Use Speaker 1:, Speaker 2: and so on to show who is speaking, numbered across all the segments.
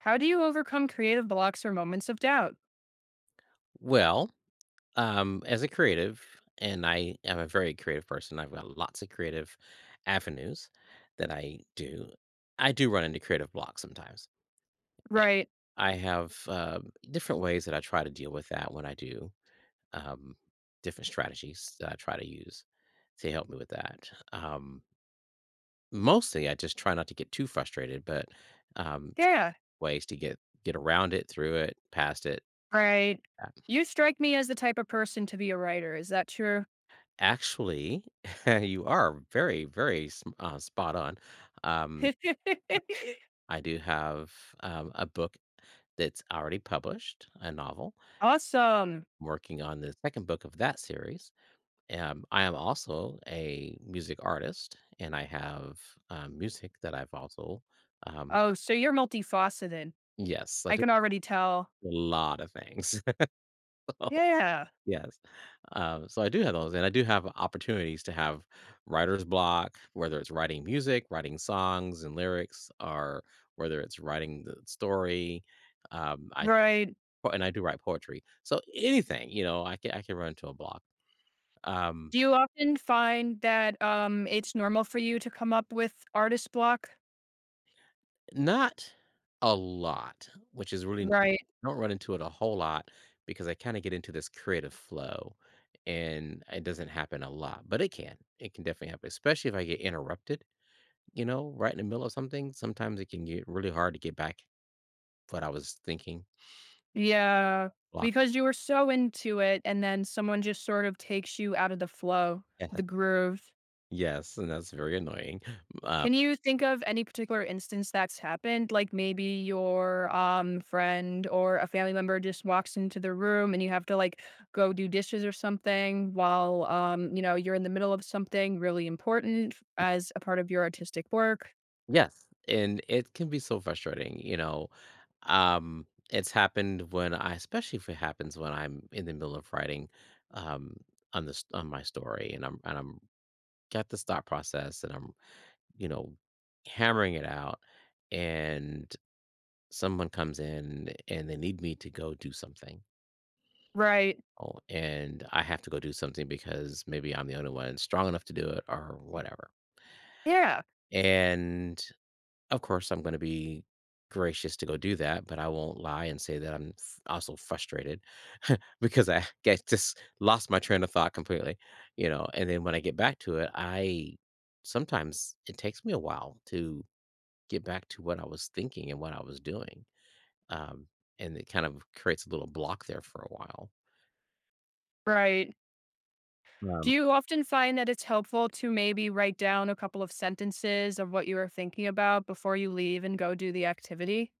Speaker 1: How do you overcome creative blocks or moments of doubt?
Speaker 2: Well, as a creative, and I am a very creative person, I've got lots of creative avenues that I do. I do run into creative blocks sometimes.
Speaker 1: Right.
Speaker 2: I have different ways that I try to deal with that when I do, um, different strategies that I try to use to help me with that. Mostly, I just try not to get too frustrated, but um, tr-
Speaker 1: Yeah.
Speaker 2: ways to get around it, through it, past it.
Speaker 1: Right. You strike me as the type of person to be a writer. Is that true?
Speaker 2: Actually, you are very, very sm spot on. Um, I do have, a book that's already published, a novel.
Speaker 1: Awesome.
Speaker 2: I'm working on the 2nd book of that series. I am also a music artist, and I have, music that I've also, um
Speaker 1: Oh, so you're multifaceted.
Speaker 2: yes, I
Speaker 1: I
Speaker 2: do
Speaker 1: can already tell.
Speaker 2: a lot of things.
Speaker 1: Yeah.
Speaker 2: Yes. So I do have those, and I do have opportunities to have writer's block, whether it's writing music, writing songs and lyrics, or whether it's writing the story. Um, I
Speaker 1: Right.
Speaker 2: and I do write poetry, so anything, I can run into a block. Um,
Speaker 1: Do you often find that, it's normal for you to come up with artist block?
Speaker 2: Not a lot, which is really. I
Speaker 1: Right.
Speaker 2: don't run into it a whole lot because I kind of get into this creative flow, and it doesn't happen a lot, but it can. It can definitely happen, especially if I get interrupted, right in the middle of something. Sometimes it can get really hard to get back what I was thinking.
Speaker 1: Yeah.
Speaker 2: Block.
Speaker 1: Because you were so into it and then someone just sort of takes you out of the flow,
Speaker 2: Yes.
Speaker 1: the groove.
Speaker 2: Yes, and that's very annoying. Uh,
Speaker 1: Can you think of any particular instance that's happened? Like maybe your friend or a family member just walks into the room and you have to like go do dishes or something while you're in the middle of something really important as a part of your artistic work.
Speaker 2: yes, and it can be so frustrating, you know. It's happened when especially if it happens when I'm in the middle of writing, um, on this on my story, and I'm got this thought process, and I'm you know hammering it out, and someone comes in and they need me to go do something.
Speaker 1: Right.
Speaker 2: Oh, and I have to go do something because maybe I'm the only one strong enough to do it or whatever.
Speaker 1: Yeah.
Speaker 2: And of course, I'm going to be gracious to go do that, but I won't lie and say that I'm also frustrated because I get just lost my train of thought completely, you know. And then when I get back to it, I sometimes it takes me a while to get back to what I was thinking and what I was doing. Um, and it kind of creates a little block there for a while.
Speaker 1: Right.
Speaker 2: Um,
Speaker 1: Do you often find that it's helpful to maybe write down a couple of sentences of what you are thinking about before you leave and go do the activity?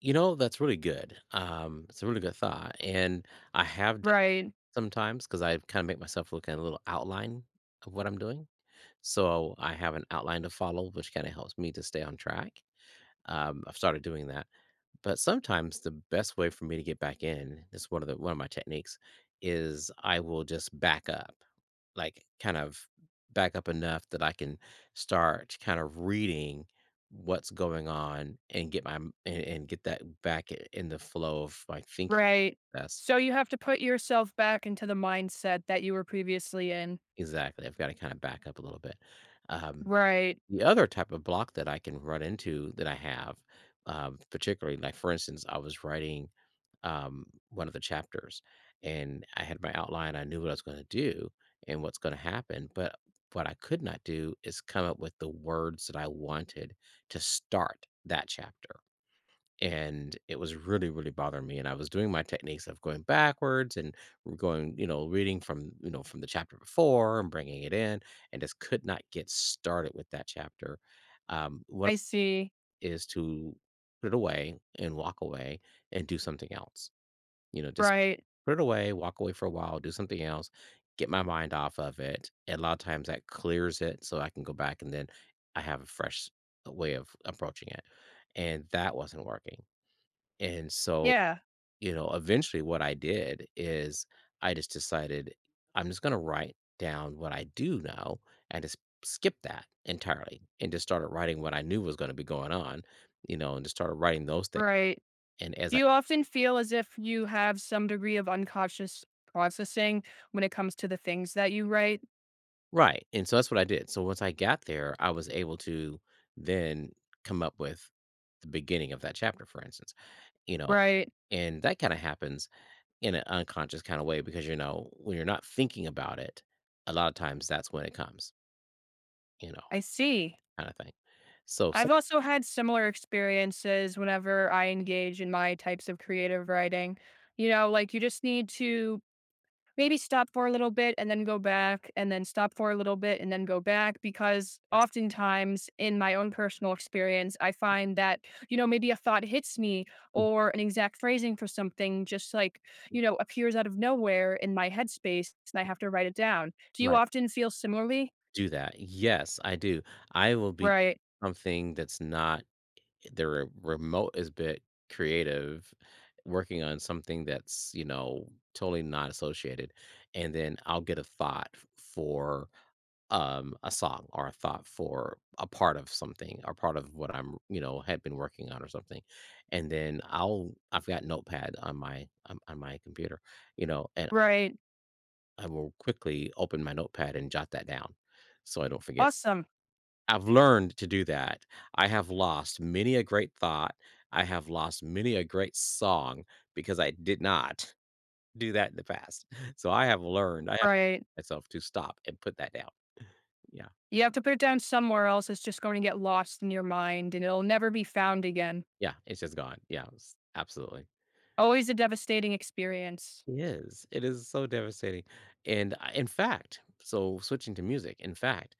Speaker 2: You know, that's really good. It's a really good thought, and I have done
Speaker 1: Right.
Speaker 2: it sometimes 'cause I kinda make myself look at a little outline of what I'm doing. So, I have an outline to follow, which kinda helps me to stay on track. I've started doing that, but sometimes the best way for me to get back in is one of my techniques is I will just back up, like, kind of back up enough that I can start kind of reading what's going on and get my m and get that back I in the flow of my thinking.
Speaker 1: Right.
Speaker 2: That's
Speaker 1: So you have to put yourself back into the mindset that you were previously in.
Speaker 2: Exactly. I've gotta kinda back up a little bit. Um,
Speaker 1: Right.
Speaker 2: The other type of block that I can run into that I have, particularly, like, for instance, I was writing, one of the chapters, and I had my outline, I knew what I was gonna do and what's gonna happen, but what I could not do is come up with the words that I wanted to start that chapter, and it was really, really bothering me, and I was doing my techniques of going backwards and going, reading from, from the chapter before, and bringing it in, and just could not get started with that chapter. What
Speaker 1: I see.
Speaker 2: is to put it away and walk away and do something else, you know, just
Speaker 1: Right.
Speaker 2: put it away, walk away for a while, do something else, get my mind off of it, and a lot of times that clears it so I can go back, and then I have a fresh way of approaching it. And that wasn't working, and so,
Speaker 1: Yeah.
Speaker 2: you know, eventually what I did is I just decided I'm just going to write down what I do know and just skip that entirely and just started writing what I knew was going to be going on, you know, and just started writing those things.
Speaker 1: Right.
Speaker 2: And as
Speaker 1: Do
Speaker 2: I,
Speaker 1: you often feel as if you have some degree of unconscious processing when it comes to the things that you write?
Speaker 2: right. And so that's what I did. So once I got there, I was able to then come up with the beginning of that chapter, for instance, you know,
Speaker 1: Right.
Speaker 2: and that kind of happens in an unconscious kind of way because, you know, when you're not thinking about it, a lot of times that's when it comes, you know.
Speaker 1: I see.
Speaker 2: Kinda thing. So,
Speaker 1: I've also had similar experiences whenever I engage in my types of creative writing. You know, like you just need to maybe stop for a little bit and then go back and then stop for a little bit and then go back, because
Speaker 2: yes.
Speaker 1: oftentimes in my own personal experience, I find that, maybe a thought hits me
Speaker 2: Mm,
Speaker 1: or an exact phrasing for something just like, appears out of nowhere in my headspace, and I have to write it down. Do you
Speaker 2: right.
Speaker 1: often feel similarly?
Speaker 2: Do that. Yes, I do. I will be
Speaker 1: Right.
Speaker 2: something that's not the re remote is bit creative, working on something that's, you know, totally not associated, and then I'll get a thought f for, a song or a thought for a part of something or part of what I'm, you know, had been working on or something, and then I've got Notepad on my computer, you know, and
Speaker 1: Right.
Speaker 2: I will quickly open my notepad and jot that down so I don't forget.
Speaker 1: Awesome.
Speaker 2: I've learned to do that. I have lost many a great thought. I have lost many a great song because I did not do that in the past. So I have learned, I have
Speaker 1: Right.
Speaker 2: myself to stop and put that down. Yeah.
Speaker 1: You have to put it down somewhere else. It's just going to get lost in your mind, and it'll never be found again.
Speaker 2: Yeah. It's just gone. Yeah. Absolutely.
Speaker 1: Always a devastating experience.
Speaker 2: It is. It is so devastating. And I in fact, so switching to music, in fact,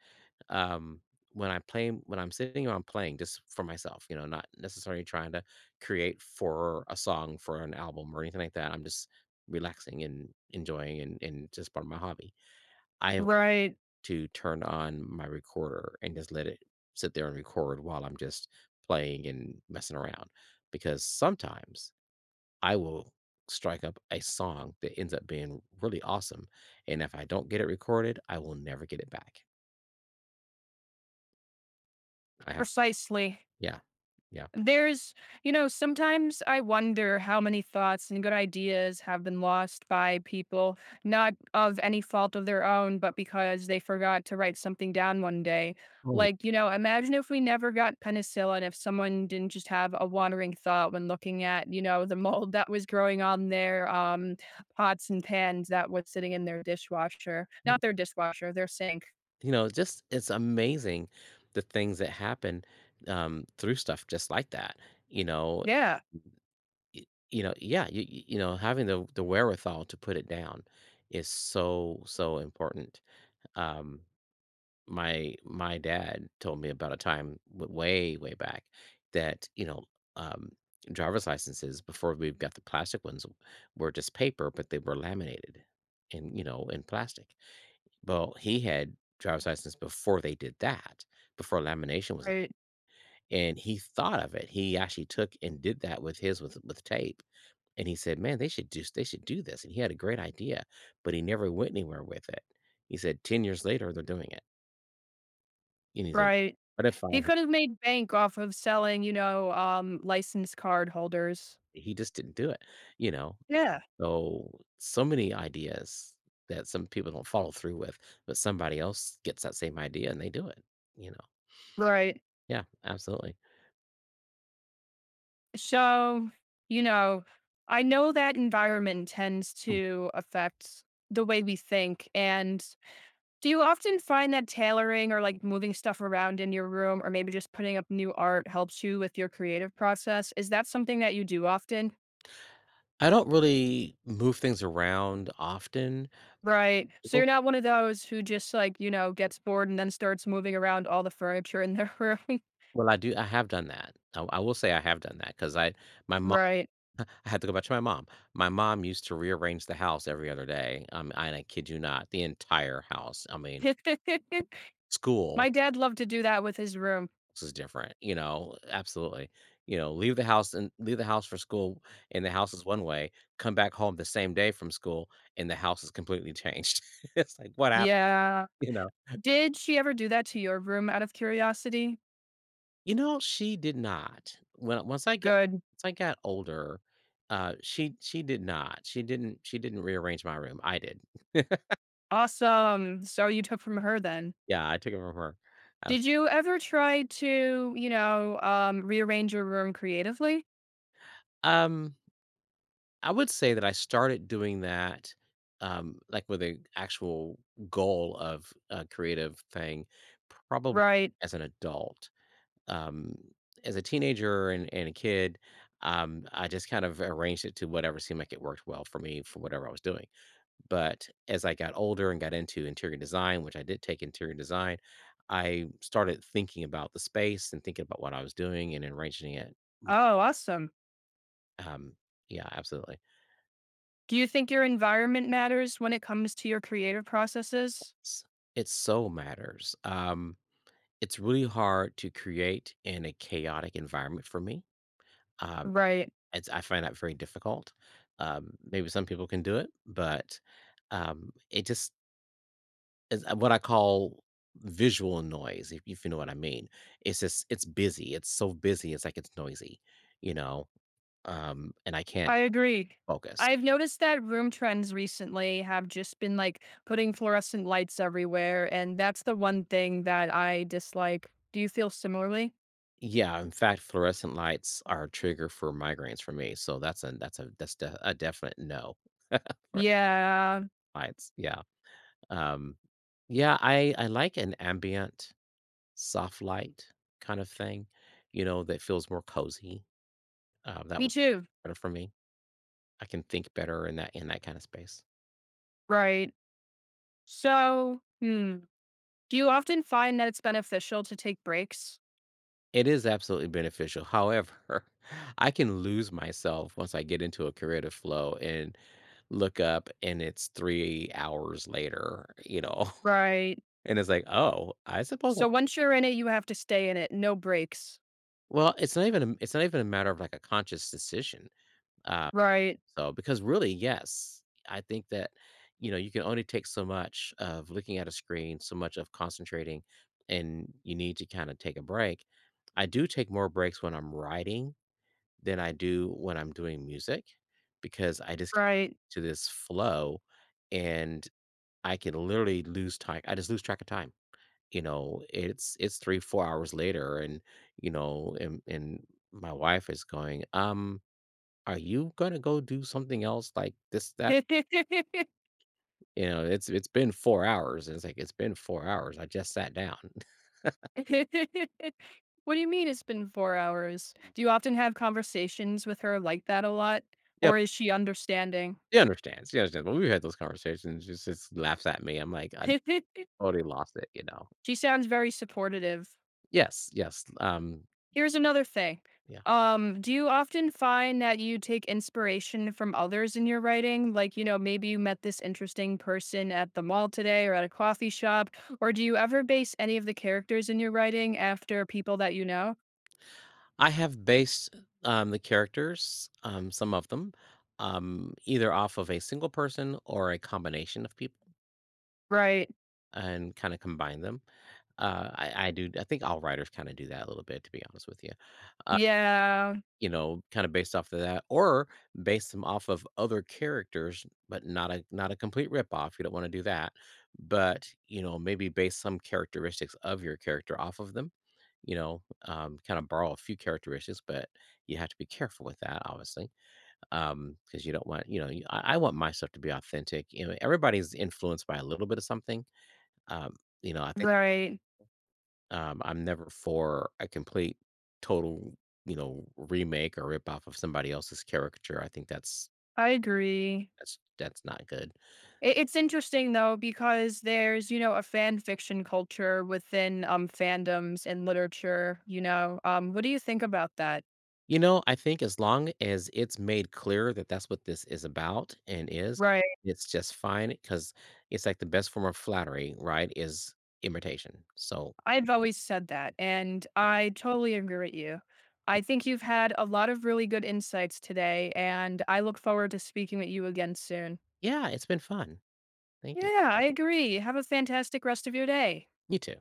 Speaker 2: um, when I play, when I'm sitting around playing just for myself, you know, not necessarily trying to create for a song for an album or anything like that. I'm just relaxing and enjoying, and just part of my hobby. I have
Speaker 1: Right.
Speaker 2: to turn on my recorder and just let it sit there and record while I'm just playing and messing around because sometimes I will strike up a song that ends up being really awesome, and if I don't get it recorded, I will never get it back. I have
Speaker 1: Precisely.
Speaker 2: Yeah, yeah.
Speaker 1: There's, sometimes I wonder how many thoughts and good ideas have been lost by people, not of any fault of their own, but because they forgot to write something down one day.
Speaker 2: Oh, yeah.
Speaker 1: Like, imagine if we never got penicillin, if someone didn't just have a wandering thought when looking at, the mold that was growing on their pots and pans that was sitting in their dishwasher, not their dishwasher, their sink.
Speaker 2: You know, just it's amazing the things that happen, through stuff just like that, you know?
Speaker 1: Yeah.
Speaker 2: Y yeah, you know, having the wherewithal to put it down is so, so important. um my dad told me about a time w way, way back that, you know, um, driver's licenses before we got the plastic ones were just paper, but they were laminated and, you know, in plastic. Well, he had driver's license before they did that, before lamination was.
Speaker 1: Right.
Speaker 2: And he thought of it. He actually took and did that with his with tape, and he said, "Man, they should do this," and he had a great idea, but he never went anywhere with it. He said, "10 years later, they're doing it," and he said,
Speaker 1: Right.
Speaker 2: "What if I."
Speaker 1: He could have made bank off of selling, license card holders.
Speaker 2: He just didn't do it, you know?
Speaker 1: Yeah.
Speaker 2: So, so many ideas that some people don't follow through with, but somebody else gets that same idea and they do it, you know?
Speaker 1: Right.
Speaker 2: Yeah, absolutely.
Speaker 1: So, you know, I know that environment tends
Speaker 2: Mm.
Speaker 1: to affect the way we think. And do you often find that tailoring or like moving stuff around in your room or maybe just putting up new art helps you with your creative process? Is that something that you do often?
Speaker 2: I don't really move things around often.
Speaker 1: Right. So
Speaker 2: Well,
Speaker 1: you're not one of those who just like, gets bored and then starts moving around all the furniture in their room.
Speaker 2: well, I do. I have done that. I will say I have done that because I. My mom.
Speaker 1: Right.
Speaker 2: I had to go back to my mom. My mom used to rearrange the house every other day, and I kid you not, the entire house. I mean, school
Speaker 1: My dad loved to do that with his room.
Speaker 2: is different, you know, absolutely. You know, leave the house and leave the house for school, and the house is one way, come back home the same day from school and the house is completely changed. It's like, what happened,
Speaker 1: Yeah.
Speaker 2: you know?
Speaker 1: Did she ever do that to your room out of curiosity?
Speaker 2: You know, she did not. When Once I got.
Speaker 1: Good.
Speaker 2: Once I got older, she did not. She didn't rearrange my room. I did.
Speaker 1: Awesome. So you took from her then.
Speaker 2: Yeah, I took it from her.
Speaker 1: Did you ever try to, rearrange your room creatively?
Speaker 2: Um, I would say that I started doing that, like, with a actual goal of a creative thing, probably
Speaker 1: Right.
Speaker 2: as an adult. Um, as a teenager and a kid, I just kind of arranged it to whatever seemed like it worked well for me for whatever I was doing. But as I got older and got into interior design, which I did take interior design, I started thinking about the space and thinking about what I was doing and arranging it.
Speaker 1: Oh, awesome.
Speaker 2: Um, yeah, absolutely.
Speaker 1: Do you think your environment matters when it comes to your creative processes?
Speaker 2: S- It so matters. It's really hard to create in a chaotic environment for me. Um,
Speaker 1: Right.
Speaker 2: I find that very difficult. Maybe some people can do it, but it just is what I call visual noise, if you know what I mean. It's just it's busy. It's so busy. It's like it's noisy, you know, and I can't
Speaker 1: I agree.
Speaker 2: focus.
Speaker 1: I've noticed that room trends recently have just been like putting fluorescent lights everywhere, and that's the one thing that I dislike. Do you feel similarly?
Speaker 2: Yeah, in fact, fluorescent lights are a trigger for migraines for me. So that's a a definite no.
Speaker 1: Yeah,
Speaker 2: Lights, yeah, um, yeah, I like an ambient, soft light kind of thing, you know, that feels more cozy, that
Speaker 1: me
Speaker 2: works
Speaker 1: too.
Speaker 2: better for me. I can think better in that kind of space.
Speaker 1: Right. So, do you often find that it's beneficial to take breaks?
Speaker 2: It is absolutely beneficial, however, I can lose myself once I get into a creative flow and look up and it's 3 hours later, you know,
Speaker 1: Right.
Speaker 2: and it's like, "Oh, I suppose I."
Speaker 1: So once you're in it, you have to stay in it. No breaks.
Speaker 2: Well, it's not even a matter of, like, a conscious decision, uh
Speaker 1: Right.
Speaker 2: So, because really, yes, I think that, you know, you can only take so much of looking at a screen, so much of concentrating, and you need to kind of take a break. I do take more breaks when I'm writing than I do when I'm doing music because I just
Speaker 1: Right.
Speaker 2: to this flow. And I can literally lose time. I just lose track of time. You know, it's 3, 4 hours later, and you know, and my wife is going, are you gonna go do something else like this that, you know, it's been 4 hours, and it's like it's been 4 hours, I just sat down.
Speaker 1: What do you mean it's been 4 hours? Do you often have conversations with her like that a lot?
Speaker 2: Yeah,
Speaker 1: Or is she understanding?
Speaker 2: she understands. She understands. When we had those conversations, she just laughs at me, I'm like, I already lost it, you know.
Speaker 1: She sounds very supportive.
Speaker 2: Yes, yes.
Speaker 1: Here's another thing.
Speaker 2: Yeah,
Speaker 1: Do you often find that you take inspiration from others in your writing? Like, maybe you met this interesting person at the mall today or at a coffee shop, or do you ever base any of the characters in your writing after people that you know?
Speaker 2: I have based, the characters, some of them, either off of a single person or a combination of people
Speaker 1: Right.
Speaker 2: and kind of combine them. I do. I think all writers kind of do that a little bit, to be honest with you.
Speaker 1: Yeah.
Speaker 2: You know, kind of based off of that, or base them off of other characters, but not a complete rip off. You don't want to do that, but you know, maybe base some characteristics of your character off of them. You know, kind of borrow a few characteristics, but you have to be careful with that, obviously, because you don't want, you know. I want my stuff to be authentic. You know, everybody's influenced by a little bit of something. Um, you know, I think,
Speaker 1: Right.
Speaker 2: I'm never for a complete, total, you know, remake or rip off of somebody else's caricature. I think that's
Speaker 1: I agree.
Speaker 2: that's not good.
Speaker 1: It's interesting though, because there's a fan fiction culture within fandoms and literature. You know, what do you think about that?
Speaker 2: You know, I think as long as it's made clear that that's what this is about and is,
Speaker 1: Right.
Speaker 2: it's just fine because it's like the best form of flattery, right? Is imitation. So,
Speaker 1: I've always said that, and I totally agree with you. I think you've had a lot of really good insights today, and I look forward to speaking with you again soon.
Speaker 2: yeah, it's been fun. Thank you.
Speaker 1: Yeah, I agree. Have a fantastic rest of your day.
Speaker 2: You too.